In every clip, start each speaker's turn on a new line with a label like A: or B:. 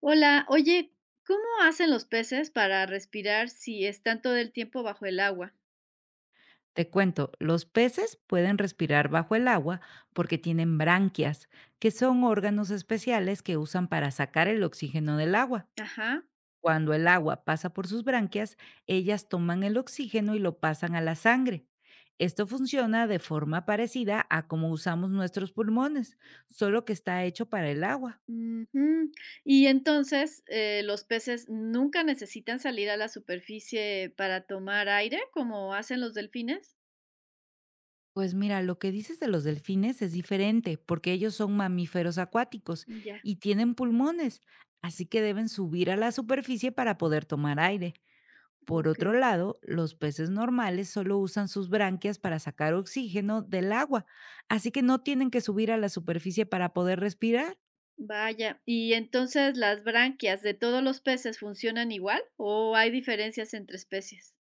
A: Hola, oye, ¿cómo hacen los peces para respirar si están todo el tiempo bajo el agua?
B: Te cuento, los peces pueden respirar bajo el agua porque tienen branquias, que son órganos especiales que usan para sacar el oxígeno del agua.
A: Ajá.
B: Cuando el agua pasa por sus branquias, ellas toman el oxígeno y lo pasan a la sangre. Esto funciona de forma parecida a como usamos nuestros pulmones, solo que está hecho para el agua.
A: Ujú. Y entonces, ¿los peces nunca necesitan salir a la superficie para tomar aire como hacen los delfines?
B: Pues mira, lo que dices de los delfines es diferente, porque ellos son mamíferos acuáticos
A: Ya,
B: y tienen pulmones, así que deben subir a la superficie para poder tomar aire. Por
A: ok.
B: otro lado, los peces normales solo usan sus branquias para sacar oxígeno del agua, así que no tienen que subir a la superficie para poder respirar.
A: Vaya. ¿Y entonces las branquias de todos los peces funcionan igual o hay diferencias entre especies?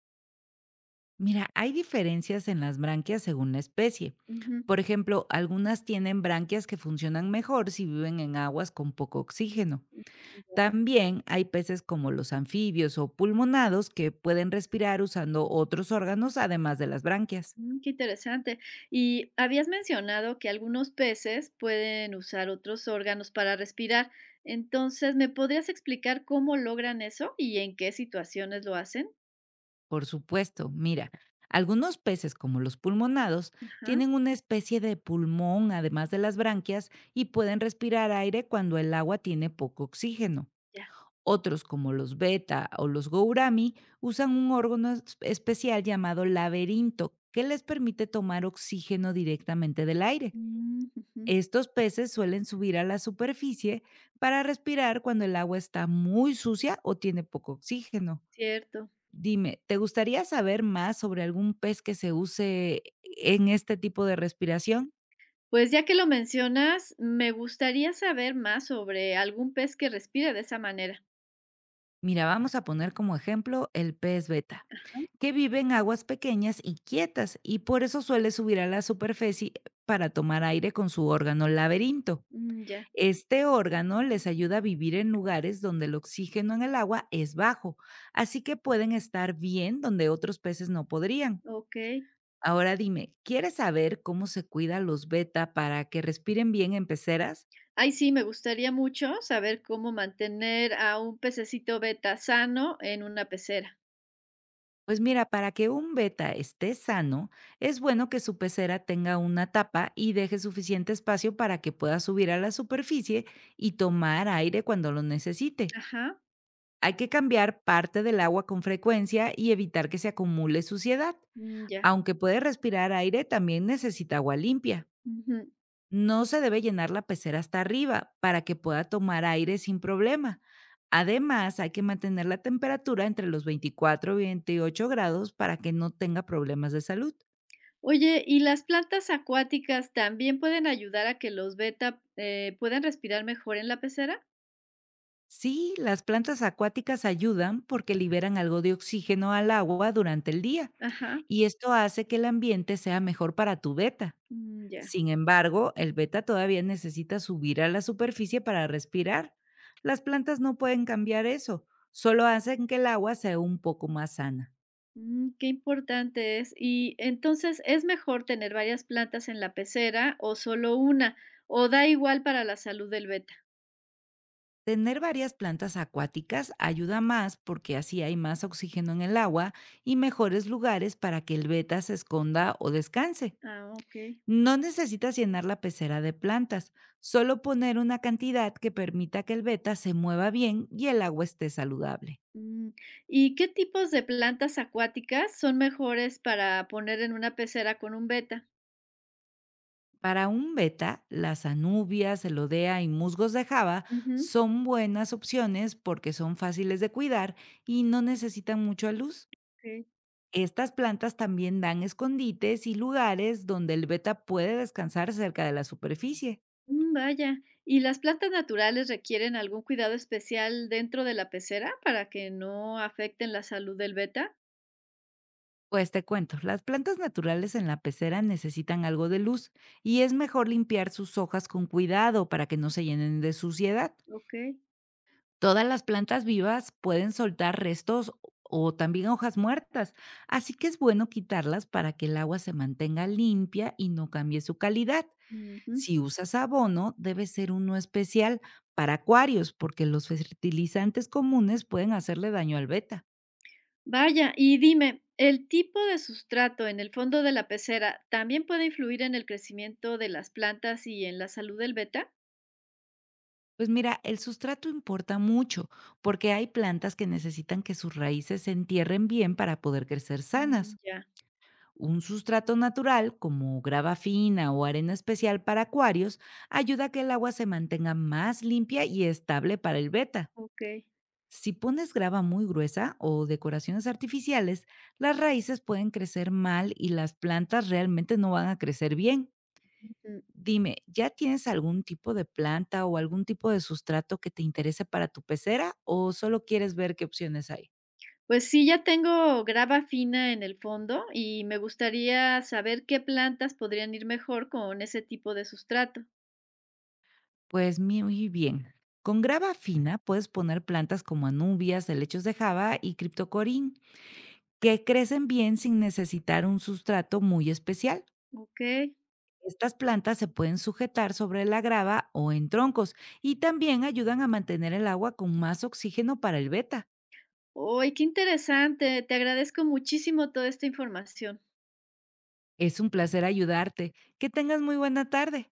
B: Mira, hay diferencias en las branquias según la especie.
A: Ujú.
B: Por ejemplo, algunas tienen branquias que funcionan mejor si viven en aguas con poco oxígeno. También hay peces como los anfibios o pulmonados que pueden respirar usando otros órganos además de las branquias.
A: Mm, qué interesante. Y habías mencionado que algunos peces pueden usar otros órganos para respirar. Entonces, ¿me podrías explicar cómo logran eso y en qué situaciones lo hacen?
B: Por supuesto, mira, algunos peces como los pulmonados
A: Ajá,
B: tienen una especie de pulmón además de las branquias y pueden respirar aire cuando el agua tiene poco oxígeno.
A: ya.
B: Otros como los beta o los gourami usan un órgano especial llamado laberinto que les permite tomar oxígeno directamente del aire.
A: Mm, ujú.
B: Estos peces suelen subir a la superficie para respirar cuando el agua está muy sucia o tiene poco oxígeno.
A: Cierto.
B: Dime, ¿te gustaría saber más sobre algún pez que se use en este tipo de respiración?
A: Pues ya que lo mencionas, me gustaría saber más sobre algún pez que respire de esa manera.
B: Mira, vamos a poner como ejemplo el pez beta, que vive en aguas pequeñas y quietas y por eso suele subir a la superficie para tomar aire con su órgano laberinto.
A: Mm, ya,
B: Este órgano les ayuda a vivir en lugares donde el oxígeno en el agua es bajo, así que pueden estar bien donde otros peces no podrían.
A: ok.
B: Ahora dime, ¿quieres saber cómo se cuidan los beta para que respiren bien en peceras?
A: Ay, sí, me gustaría mucho saber cómo mantener a un pececito beta sano en una pecera.
B: Pues mira, para que un beta esté sano, es bueno que su pecera tenga una tapa y deje suficiente espacio para que pueda subir a la superficie y tomar aire cuando lo necesite.
A: Ajá.
B: Hay que cambiar parte del agua con frecuencia y evitar que se acumule suciedad.
A: Mm, ya.
B: Aunque puede respirar aire, también necesita agua limpia.
A: Ujú.
B: No se debe llenar la pecera hasta arriba para que pueda tomar aire sin problema. Además, hay que mantener la temperatura entre los 24 y 28 grados para que no tenga problemas de salud.
A: Oye, ¿y las plantas acuáticas también pueden ayudar a que los beta puedan respirar mejor en la pecera?
B: Sí, las plantas acuáticas ayudan porque liberan algo de oxígeno al agua durante el día
A: Ajá.
B: y esto hace que el ambiente sea mejor para tu beta.
A: Mm, ya.
B: Sin embargo, el beta todavía necesita subir a la superficie para respirar. Las plantas no pueden cambiar eso, solo hacen que el agua sea un poco más sana.
A: Mm, qué importante es. Y entonces, ¿es mejor tener varias plantas en la pecera o solo una? ¿O da igual para la salud del beta?
B: Tener varias plantas acuáticas ayuda más porque así hay más oxígeno en el agua y mejores lugares para que el beta se esconda o descanse.
A: Ah, ok.
B: No necesitas llenar la pecera de plantas, solo poner una cantidad que permita que el beta se mueva bien y el agua esté saludable.
A: Mm, ¿y qué tipos de plantas acuáticas son mejores para poner en una pecera con un beta?
B: Para un beta, las anubias, elodea y musgos de Java
A: Ujú,
B: son buenas opciones porque son fáciles de cuidar y no necesitan mucha luz.
A: ok.
B: Estas plantas también dan escondites y lugares donde el beta puede descansar cerca de la superficie.
A: Mm, vaya. ¿Y las plantas naturales requieren algún cuidado especial dentro de la pecera para que no afecten la salud del beta?
B: Pues te cuento, las plantas naturales en la pecera necesitan algo de luz y es mejor limpiar sus hojas con cuidado para que no se llenen de suciedad.
A: Ok.
B: Todas las plantas vivas pueden soltar restos o también hojas muertas, así que es bueno quitarlas para que el agua se mantenga limpia y no cambie su calidad.
A: Ujú.
B: Si usas abono, debe ser uno especial para acuarios, porque los fertilizantes comunes pueden hacerle daño al beta.
A: Vaya, y dime, ¿el tipo de sustrato en el fondo de la pecera también puede influir en el crecimiento de las plantas y en la salud del beta?
B: Pues mira, el sustrato importa mucho, porque hay plantas que necesitan que sus raíces se entierren bien para poder crecer
A: Mm,
B: sanas.
A: ya,
B: Un sustrato natural, como grava fina o arena especial para acuarios, ayuda a que el agua se mantenga más limpia y estable para el beta.
A: ok.
B: Si pones grava muy gruesa o decoraciones artificiales, las raíces pueden crecer mal y las plantas realmente no van a crecer bien.
A: Ujú.
B: Dime, ¿ya tienes algún tipo de planta o algún tipo de sustrato que te interese para tu pecera o solo quieres ver qué opciones hay?
A: Pues sí, ya tengo grava fina en el fondo y me gustaría saber qué plantas podrían ir mejor con ese tipo de sustrato.
B: Pues muy bien. Con grava fina puedes poner plantas como anubias, helechos de java y criptocorín, que crecen bien sin necesitar un sustrato muy especial.
A: Ok.
B: Estas plantas se pueden sujetar sobre la grava o en troncos y también ayudan a mantener el agua con más oxígeno para el beta.
A: Oy, qué interesante. Te agradezco muchísimo toda esta información.
B: Es un placer ayudarte. Que tengas muy buena tarde.